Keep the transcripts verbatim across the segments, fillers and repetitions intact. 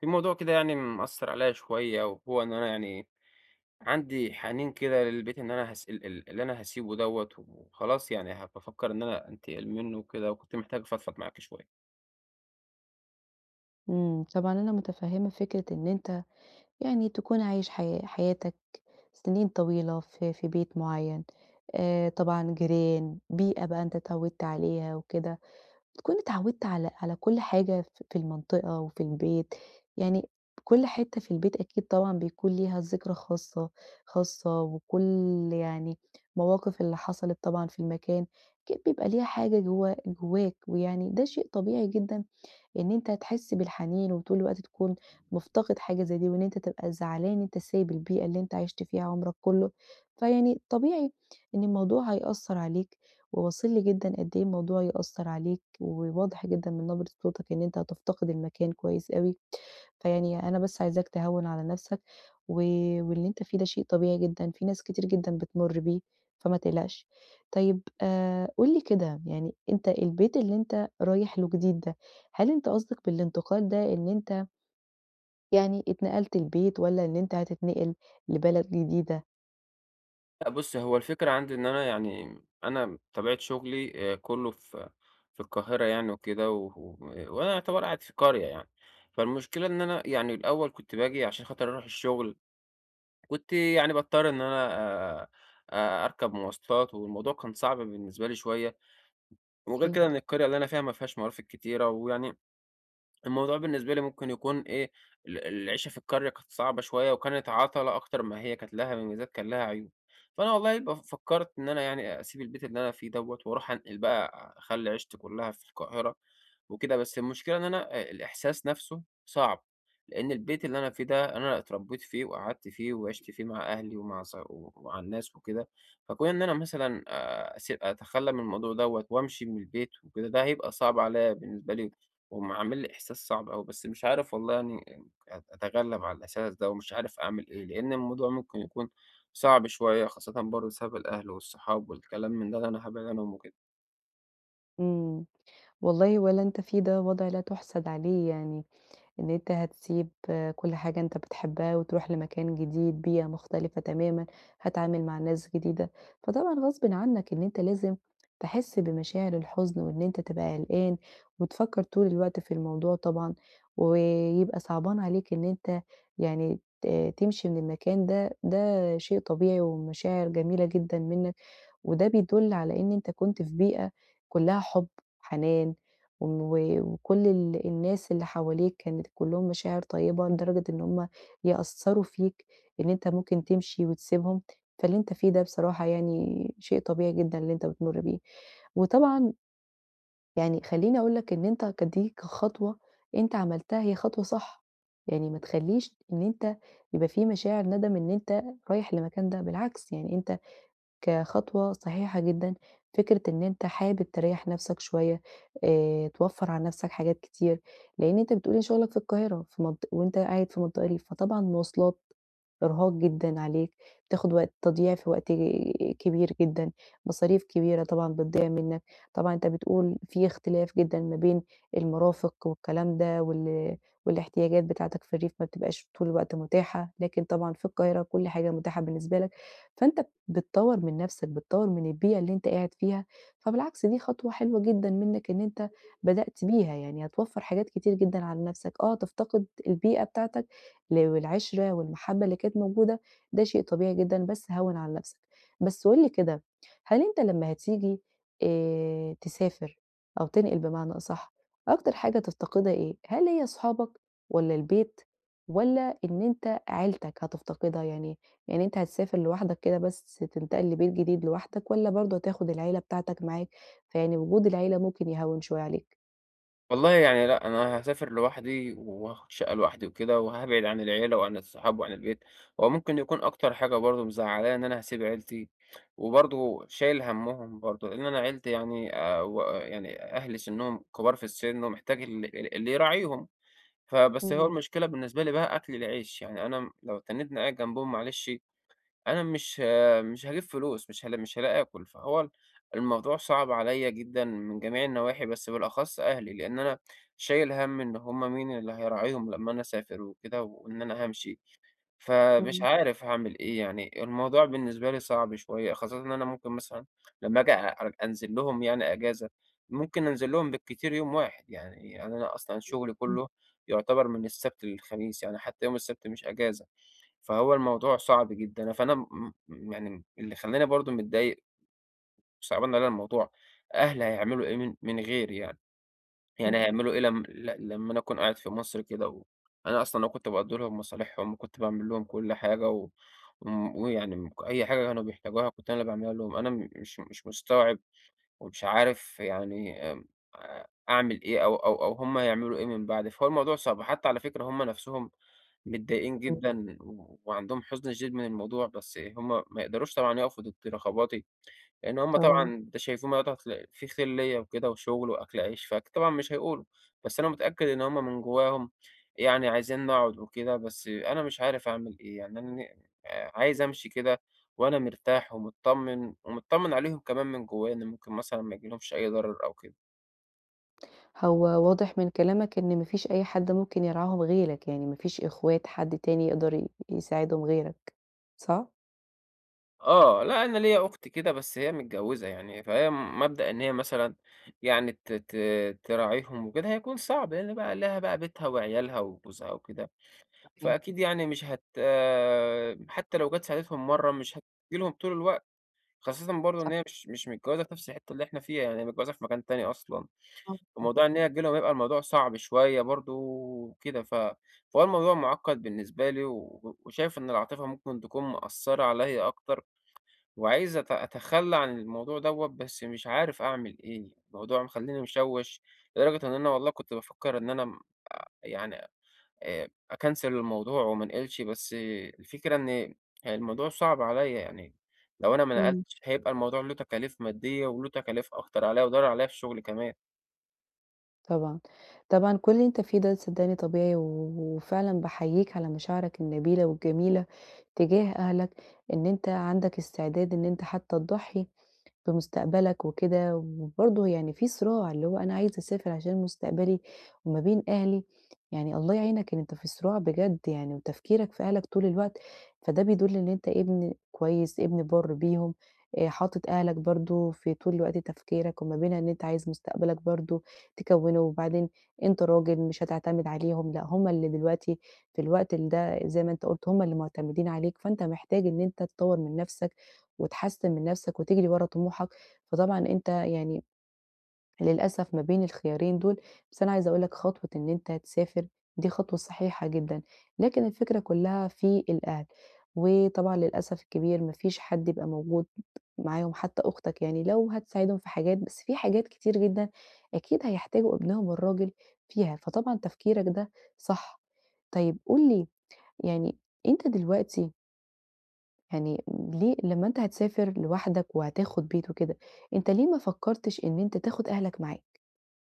في موضوع كده يعني مأثّر عليّا شوية، وهو إن أنا يعني عندي حنين كده للبيت إن أنا هاس ال ال اللي أنا هاسيبه دوّة، وخلاص يعني ه بافكّر إن أنا أنتقل منّه وكده، وكنت محتاج أفضفض معاك شوية. إمم، طبعًا أنا متفهمة فكرة إن أنت يعني تكون عايش حيا حياتك سنين طويلة في في بيت معين، آآ، طبعًا جيران، بيئة بقى أنت اتعودت عليها وكده، تكون اتعودت على على كل حاجة ف في المنطقة وفي البيت، يعني كل حتة في البيت أكيد طبعًا بيكون ليها ذكرى خاصة خاصة، وكل يعني مواقف اللي حصلت طبعًا في المكان، أكيد بيبقى ليها حاجة جوا جواك، ويعني ده شيء طبيعي جدًا إن أنت هتحس بالحنين وطول الوقت تكون مفتقد حاجة زي دي، وإن أنت تبقى زعلان إن أنت سايب البيئة اللي أنت عِشت فيها عمرك كله، فيعني طبيعي إن الموضوع هيأثّر عليك، وواصل لي جدًا قد إيه الموضوع يأثّر عليك، وواضح جدًا من نبرة صوتك إن أنت هتفتقد المكان كويس أوي. فيعني أنا بس عايزاك تهوّن على نَفْسك، و واللي أنت فيه ده شيء طبيعي جدًا، في ناس كتير جدًا بتمُر بيه، فما تقلقش. طيب آآ قُل لي كده، يعني أنت البيت اللي أنت رايح له جديد ده، هل أنت قصدك بالانتقال ده إن أنت يعني اتنقلت لبيت والّا إن أنت هتتنقل لبلد جديدة؟ لأ بُص، هو الفكرة عندي إن أنا يعني أنا طبيعة شغلي آآ كُلّه في في القاهرة يعني وكده، و و... وأنا يعتبر قاعد في قرية يعني. فالمشكلة إن أنا يعني الأول كنت باجي عشان خاطر أروح الشغل، كنت يعني باضطر إن أنا آآ أ أركب مواصلات، والموضوع كان صعب بالنسبة لي شوية. وغير كده أكيد. إن القرية اللي أنا فيها ما فيهاش مرافق كتيرة، ويعني الموضوع بالنسبة لي ممكن يكون إيه. ال العيشة في القرية كانت صعبة شوية، وكانت عَطَلة أكتر ما هي، كانت لها مميزات كان لها عيوب. فأنا والله ب فكّرت إن أنا يعني أسيب البيت اللي أنا فيه دوّة، وأروح أنقل بقى أخلّي عيشتي كلّها في القاهرة وكده. بس المشكلة إن أنا آآ الإحساس نَفْسه صعب، لإن البيت اللي أنا فيه ده أنا اتربّيت فيه وقعدت فيه وعِشت فيه مع أهلي ومع ص ومع الناس وكده. فكون إن أنا مثلًا آآ أس أتخلّى من الموضوع دوّة وأمشي من البيت وكده، ده هيبقى صعب عليّا بالنسبة لي، وم عامل لي إحساس صعب أوي. بس مش عارف والله يعني أت أتغلّب على الإحساس ده، ومش عارف أعمل إيه، لإن الموضوع ممكن يكون صعب شوية، خاصةً برضه بسبب الأهل والصحاب والكلام من ده اللي أنا هابعد عنهم وكده. إمم. والله ولا أنت فيه ده وضع لا تُحسَد عليه يعني. إن أنت هتسيب كل حاجة أنت بتحبها وتروح لمكان جديد، بيئة مختلفة تمامًا، هتتعامل مع ناس جديدة، فطبعًا غصبٍ عنك إن أنت لازم تحس بمشاعر الحزن وإن أنت تبقى قلقان وتفكّر طول الوقت في الموضوع طبعًا، ويبقى صعبان عليك إن أنت يعني ت تمشي من المكان ده، ده شيء طبيعي ومشاعر جميلة جدًا منك. وده بيدل على إن أنت كنت في بيئة كلّها حُب، حنان، و وكل ال الناس اللي حواليك كانت كلّهم مشاعر طيبة لدرجة إن هم يأثّروا فيك إن أنت ممكن تمشي وتسيبهم، فاللي أنت فيه ده بصراحة يعني شيء طبيعي جدًا اللي أنت بتمُر بيه. وطبعًا يعني خلّيني أقول لك إن أنت ك دي كخطوة أنت عملتها هي خطوة صح، يعني ما تخلّيش إن أنت يبقى في مشاعر ندم إن أنت رايح لمكان ده، بالعكس يعني أنت كخطوة صحيحة جدًا، فكرة إن أنت حابب تريّح نَفْسك شوية، آآ توفّر على نَفْسك حاجات كتير، لإن أنت بتقول لي شغلك في القاهرة في منط وأنت قاعد في منطقة ريف، فطبعًا مواصلات، إرهاق جدًا عليك، بتاخد وقت تضييع في وقت كبير جدًا، مصاريف كبيرة طبعًا بتضيع منّك، طبعًا أنت بتقول في اختلاف جدًا ما بين المرافق والكلام ده وال والاحتياجات بتاعتك في الريف ما بتبقاش طول الوقت متاحة، لكن طبعًا في القاهرة كل حاجة متاحة بالنسبة لك، فأنت بتطوّر من نَفْسك، بتطوّر من البيئة اللي أنت قاعد فيها، فبالعكس دي خطوة حلوة جدًا منّك إن أنت بدأت بيها، يعني هتوفّر حاجات كتير جدًا على نَفْسك، آه تفتقد البيئة بتاعتك ل والعِشرة والمحبّة اللي كانت موجودة، ده شيء طبيعي جدًا، بس هوّن على نَفْسك. بس قُل لي كده، هل أنت لمّا هتيجي آآ تسافر أو تنقل بمعنى أصح، أكتر حاجة تفتقدها إيه؟ هل هي أصحابك والّا البيت والّا إن أنت عيلتك هتفتقدها؟ يعني يعني أنت هتسافر لوحدك كده بس تنتقل لبيت جديد لوحدك والّا برضه هتاخد العيلة بتاعتك معاك، فيعني وجود العيلة ممكن يهوّن شوية عليك؟ والله يعني لأ، أنا هاسافر لوحدي وهاخد شقة لوحدي وكده، وهابعد عن العيلة وعن الصحاب وعن البيت. هو ممكن يكون أكتر حاجة برضه مزعّلاني إن أنا هاسيب عيلتي، وبرضه شايل هَمّهم برضه، لإن أنا عيلتي يعني آآ و يعني أهلي سِنّهم كبار في السِن، ومحتاج ال ال اللي يراعيهم. فبس هو إمم، المشكلة بالنسبة لي بقى أكل العيش، يعني أنا لو تنّيتني قاعد جنبهم معلش، أنا مش ه- مش هاجيب فلوس، مش هالا مش هالاقي آكل. فهو الموضوع صعب عليّا جدًا من جميع النواحي، بس بالأخص أهلي، لإن أنا شايل هَم إن هم مين اللي هيراعيهم لمّا أنا أسافر وكده، وإن أنا هامشي. فمش إمم، عارف هاعمل إيه، يعني الموضوع بالنسبة لي صعب شوية، خاصةً إن أنا ممكن مثلًا لمّا آجي أ أنزل لهم يعني أجازة، ممكن أنزل لهم بالكتير يوم واحد. يعني يعني أنا أصلًا شغلي إمم، كله يعتبر من السبت للخميس، يعني حتى يوم السبت مش أجازة. فهو الموضوع صعب جدًا، فأنا م م يعني اللي خلّاني برضه متضايق وصعبان عليّا الموضوع. أهلي هيعملوا إيه من من غيري يعني؟ يعني إمم، هيعملوا إيه لم ل لمّا أنا أكون قاعد في مصر كده، و أنا أصلًا أهو كنت باقضّي لهم مصالحهم، وكنت باعمل لهم كل حاجة، و وم ويعني م أي حاجة كانوا بيحتاجوها كنت أنا اللي باعملها لهم. أنا م مش مش مستوعب، ومش عارف يعني آمم أ أعمل إيه، أو أو أو هم هيعملوا إيه من بعدي. فهو الموضوع صعب، حتى على فكرة هم نَفْسهم متضايقين إمم، جدًا، و وعندهم حزن شديد من الموضوع، بس هم ما يقدروش طبعًا يقفوا ضد رغباتي. لإن هُم طبعًا. طبعًا ده شايفين الموضوع هتلا في خِليّة وكده وشغل وأكل عيش، فطبعًا مش هيقولوا. بس أنا متأكد إن هُم من جواهم يعني عايزين نقعد وكده، بس أنا مش عارف أعمل إيه. يعني أنا ن عايز أمشي كده وأنا مرتاح ومتطمن، ومتطمن عليهم كمان من جوايا إن ممكن مثلًا ما ييجيلهمش أي ضرر أو كده. هو واضح من كلامك إن ما فيش أي حد ممكن يرعاهم غيرك، يعني ما فيش إخوات حد تاني يقدر ي يساعدهم غيرك، صح؟ آه، لأ أنا ليّا أخت كده، بس هي متجوّزة يعني، فهي م- مبدأ إن هي مثلًا يعني ت ت تراعيهم وكده هيكون صعب، لإن بقى لها بقى بيتها وعيالها وجوزها وكده. صحيح، فأكيد يعني مش هت آه، حتى لو جات ساعدتهم مرّة، مش هتيجي لهم طول الوقت، خاصةً برضه صح، إن هي مش مش متجوّزة في نفس الحتّة اللي إحنا فيها، يعني هي متجوّزة في مكان تاني أصلًا. آه، طبعًا. فموضوع إن هي تيجي لهم هيبقى الموضوع صعب شوية برضه وكده. ف فهو الموضوع مُعقّد بالنسبة لي، و وشايف إن العاطفة ممكن تكون مأثّرة عليّا أكتر، وعايز أت أتخلّى عن الموضوع دوّة، بس مش عارف أعمل إيه. الموضوع مخلّيني مشوّش لدرجة إن أنا والله كنت بافكّر إن أنا م يعني آآ أكنسل الموضوع وما أنقلش، بس الفكرة إن الموضوع صعب عليّا، يعني لو أنا ما إمم. نقلتش هيبقى الموضوع له تكاليف مادية وله تكاليف أكتر عليّا، وضرر عليّا في الشغل كمان. طبعًا، طبعًا كل اللي أنت فيه ده صدّقني طبيعي، و وفعلًا باحييك على مشاعرك النبيلة والجميلة تجاه أهلك، إن أنت عندك استعداد إن أنت حتى تضحّي في مستقبلك وكده، وبرضه يعني في صراع، اللي هو أنا عايزة أسافر عشان مستقبلي وما بين أهلي، يعني الله يعينك إن أنت في صراع بجد يعني، وتفكيرك في أهلك طول الوقت، فده بيدل إن أنت ابن كويس، ابن بَرّ بيهم، آآ حاطط أهلك برضه في طول الوقت تفكيرك، وما بين إن أنت عايز مستقبلك برضه تكوّنه، وبعدين أنت راجل مش هتعتمد عليهم، لأ هُم اللي دلوقتي في الوقت ال ده زي ما أنت قُلت هُم اللي معتمدين عليك، فأنت محتاج إن أنت تطوّر من نَفْسك وتحسّن من نَفْسك وتجري ورا طموحك، فطبعًا أنت يعني للأسف ما بين الخيارين دول، بس أنا عايزة أقول لك خطوة إن أنت تسافر دي خطوة صحيحة جدًا، لكن الفكرة كُلّها في الأهل، وطبعًا للأسف الكبير ما فيش حد يبقى موجود معاهم حتى أختك يعني لو هتساعدهم في حاجات، بس في حاجات كتير جدًا أكيد هيحتاجوا ابنهم الراجل فيها، فطبعًا تفكيرك ده صح. طيب قُل لي يعني أنت دلوقتي يعني ليه لمّا أنت هتسافر لوحدك وهتاخد بيت وكده، أنت ليه ما فكّرتش إن أنت تاخد أهلك معاك؟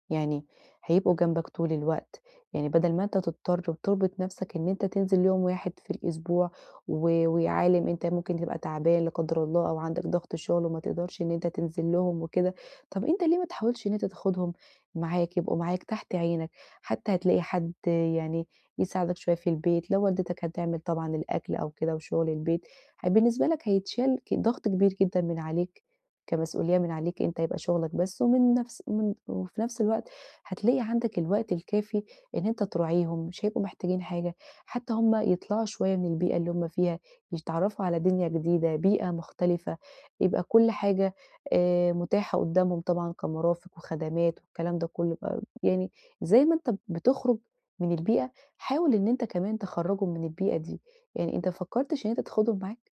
يعني هيبقوا جنبك طول الوقت، يعني بدل ما أنت تضطر وتربط نفسك إن أنت تنزل يوم واحد في الأسبوع و ويا عالم أنت ممكن تبقى تعبان لا قدر الله أو عندك ضغط شغل وما تقدرش إن أنت تنزل لهم وكده، طب أنت ليه ما تحاولش إن أنت تاخدهم معاك، يبقوا معاك تحت عينك، حتى هتلاقي حد يعني يساعدك شوية في البيت، لو والدتك هتعمل طبعًا الأكل أو كده وشغل البيت، ه بالنسبة لك هيتشال ك ضغط كبير جدًا من عليك. كمسؤولية من عليك أنت هيبقى شغلك بس، ومن نفس من وفي نفس الوقت هتلاقي عندك الوقت الكافي إن أنت تراعيهم، مش هيبقوا محتاجين حاجة، حتى هُم يطلعوا شوية من البيئة اللي هُم فيها، يتعرّفوا على دنيا جديدة، بيئة مختلفة، يبقى كل حاجة آآ متاحة قدّامهم طبعًا كمرافق وخدمات والكلام ده كُلّه بقى يعني زي ما أنت بتخرج من البيئة، حاول إن أنت كمان تخرّجهم من البيئة دي، يعني أنت ما فكّرتش إن أنت تاخدهم معاك؟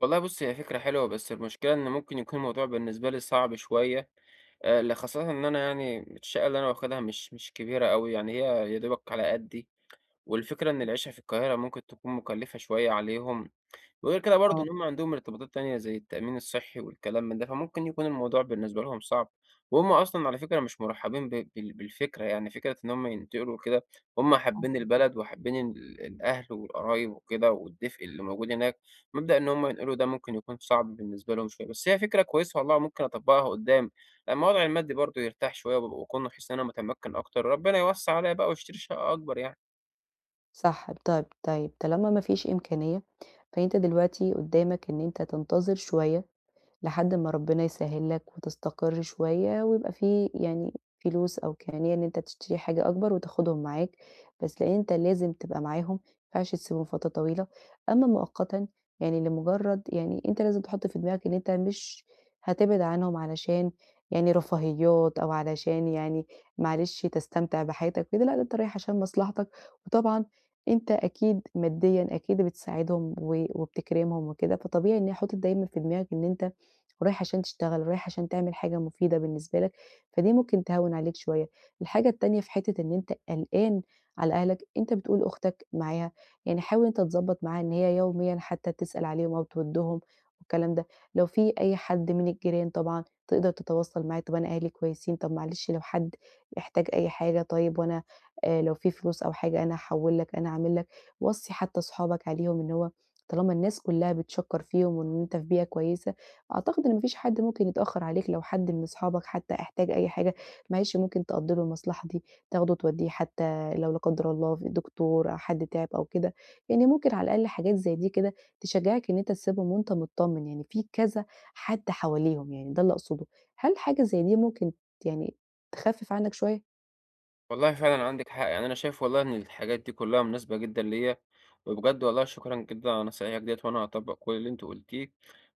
والله بُصّي، هي فكرة حلوة، بس المشكلة إن ممكن يكون الموضوع بالنسبة لي صعب شوية، آآ ل خاصةً إن أنا يعني الشقة اللي أنا واخدها مش مش كبيرة أوي، يعني هي يا دوبك على قدّي، والفكرة إن العيشة في القاهرة ممكن تكون مكلفة شوية عليهم. وغير كده برضه آه. إن هم عندهم ارتباطات تانية زي التأمين الصحّي والكلام من ده، فممكن يكون الموضوع بالنسبة لهم صعب، وهم أصلًا على فكرة مش مرحّبين ب بال بالفكرة، يعني فكرة إن هم ينتقلوا وكده. هم حابين البلد وحابين ال الأهل والقرايب وكده والدفء اللي موجود هناك. مبدأ إن هم ينقلوا ده ممكن يكون صعب بالنسبة لهم شوية، بس هي فكرة كويسة والله ممكن أطبّقها قُدّام، لمّا وضعي المادي برضه يرتاح شوية، وأبقى أكون حاسس إن أنا متمكن أكتر، ربنا يوسّع عليّا بقى واشتري شقة أكبر يعني. صح، طَب طيب طالما ما فيش إمكانية، فأنت دلوقتي قُدّامك إن أنت تنتظر شوية لحد ما ربنا يسهّل لك وتستقر شوية، ويبقى في يعني فلوس أو إمكانية إن أنت تشتري حاجة أكبر وتاخدهم معاك، بس لإن أنت لازم تبقى معاهم، ما ينفعش تسيبهم فترة طويلة، أمّا مؤقتًا يعني لمجرد يعني أنت لازم تحط في دماغك إن أنت مش هتبعد عنهم علشان يعني رفاهيات أو علشان يعني معلش تستمتع بحياتك كده، لأ ده أنت رايح عشان مصلحتك، وطبعًا أنت أكيد ماديًا أكيد بتساعدهم و وبتكرمهم وكده، فطبيعي إن حاطط دايمًا في دماغك إن أنت ورايح عشان تشتغل، رايح عشان تعمل حاجة مفيدة بالنسبة لك، فدي ممكن تهوّن عليك شوية. الحاجة التانية في حتّة إن أنت قلقان على أهلك، أنت بتقول أختك معاها، يعني حاول أنت تضبّط معاها إن هي يوميًا حتّى تسأل عليهم أو تودّهم والكلام ده. لو في أي حد من الجيران طبعًا تقدر تتواصل معاه، طب أنا أهلي كويسين، طب معلش لو حد احتاج أي حاجة طيب وأنا آآ لو في فلوس أو حاجة أنا هاحوّل لك، أنا هاعمل لك. وصّي حتّى صحابك عليهم إن هو طالما الناس كلّها بتشكّر فيهم وإن أنت في بيئة كويسة، أعتقد إن ما فيش حد ممكن يتأخّر عليك لو حد من أصحابك حتى احتاج أي حاجة، معلش ممكن تقضّي له المصلحة دي، تاخده تودّيه حتى لو لا قدّر الله في دكتور أو حد تعب أو كده، يعني ممكن على الأقل حاجات زي دي كده تشجّعك إن أنت تسيبهم وأنت متطمّن، يعني في كذا حد حواليهم يعني ده اللي أقصده. هل حاجة زي دي ممكن يعني تخفِّف عنّك شوية؟ والله فعلًا عندِك حق، يعني أنا شايف والله إن الحاجات دي كلّها مناسبة جدًا ليّا، وبجد والله شكرًا جدًا على نصايحِك ديّة، وأنا هاطبّق كل اللي أنتِ قُلتيه.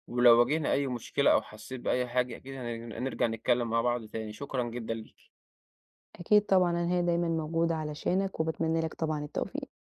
ولو واجهنا أي مشكلة أو حسّيت بأي حاجة أكيد هن هنرجع نتكلّم مع بعض تاني. شكرًا جدًا ليكِ. أكيد طبعًا أنا هنا دايمًا موجودة علشانك، وباتمنى لك طبعًا التوفيق.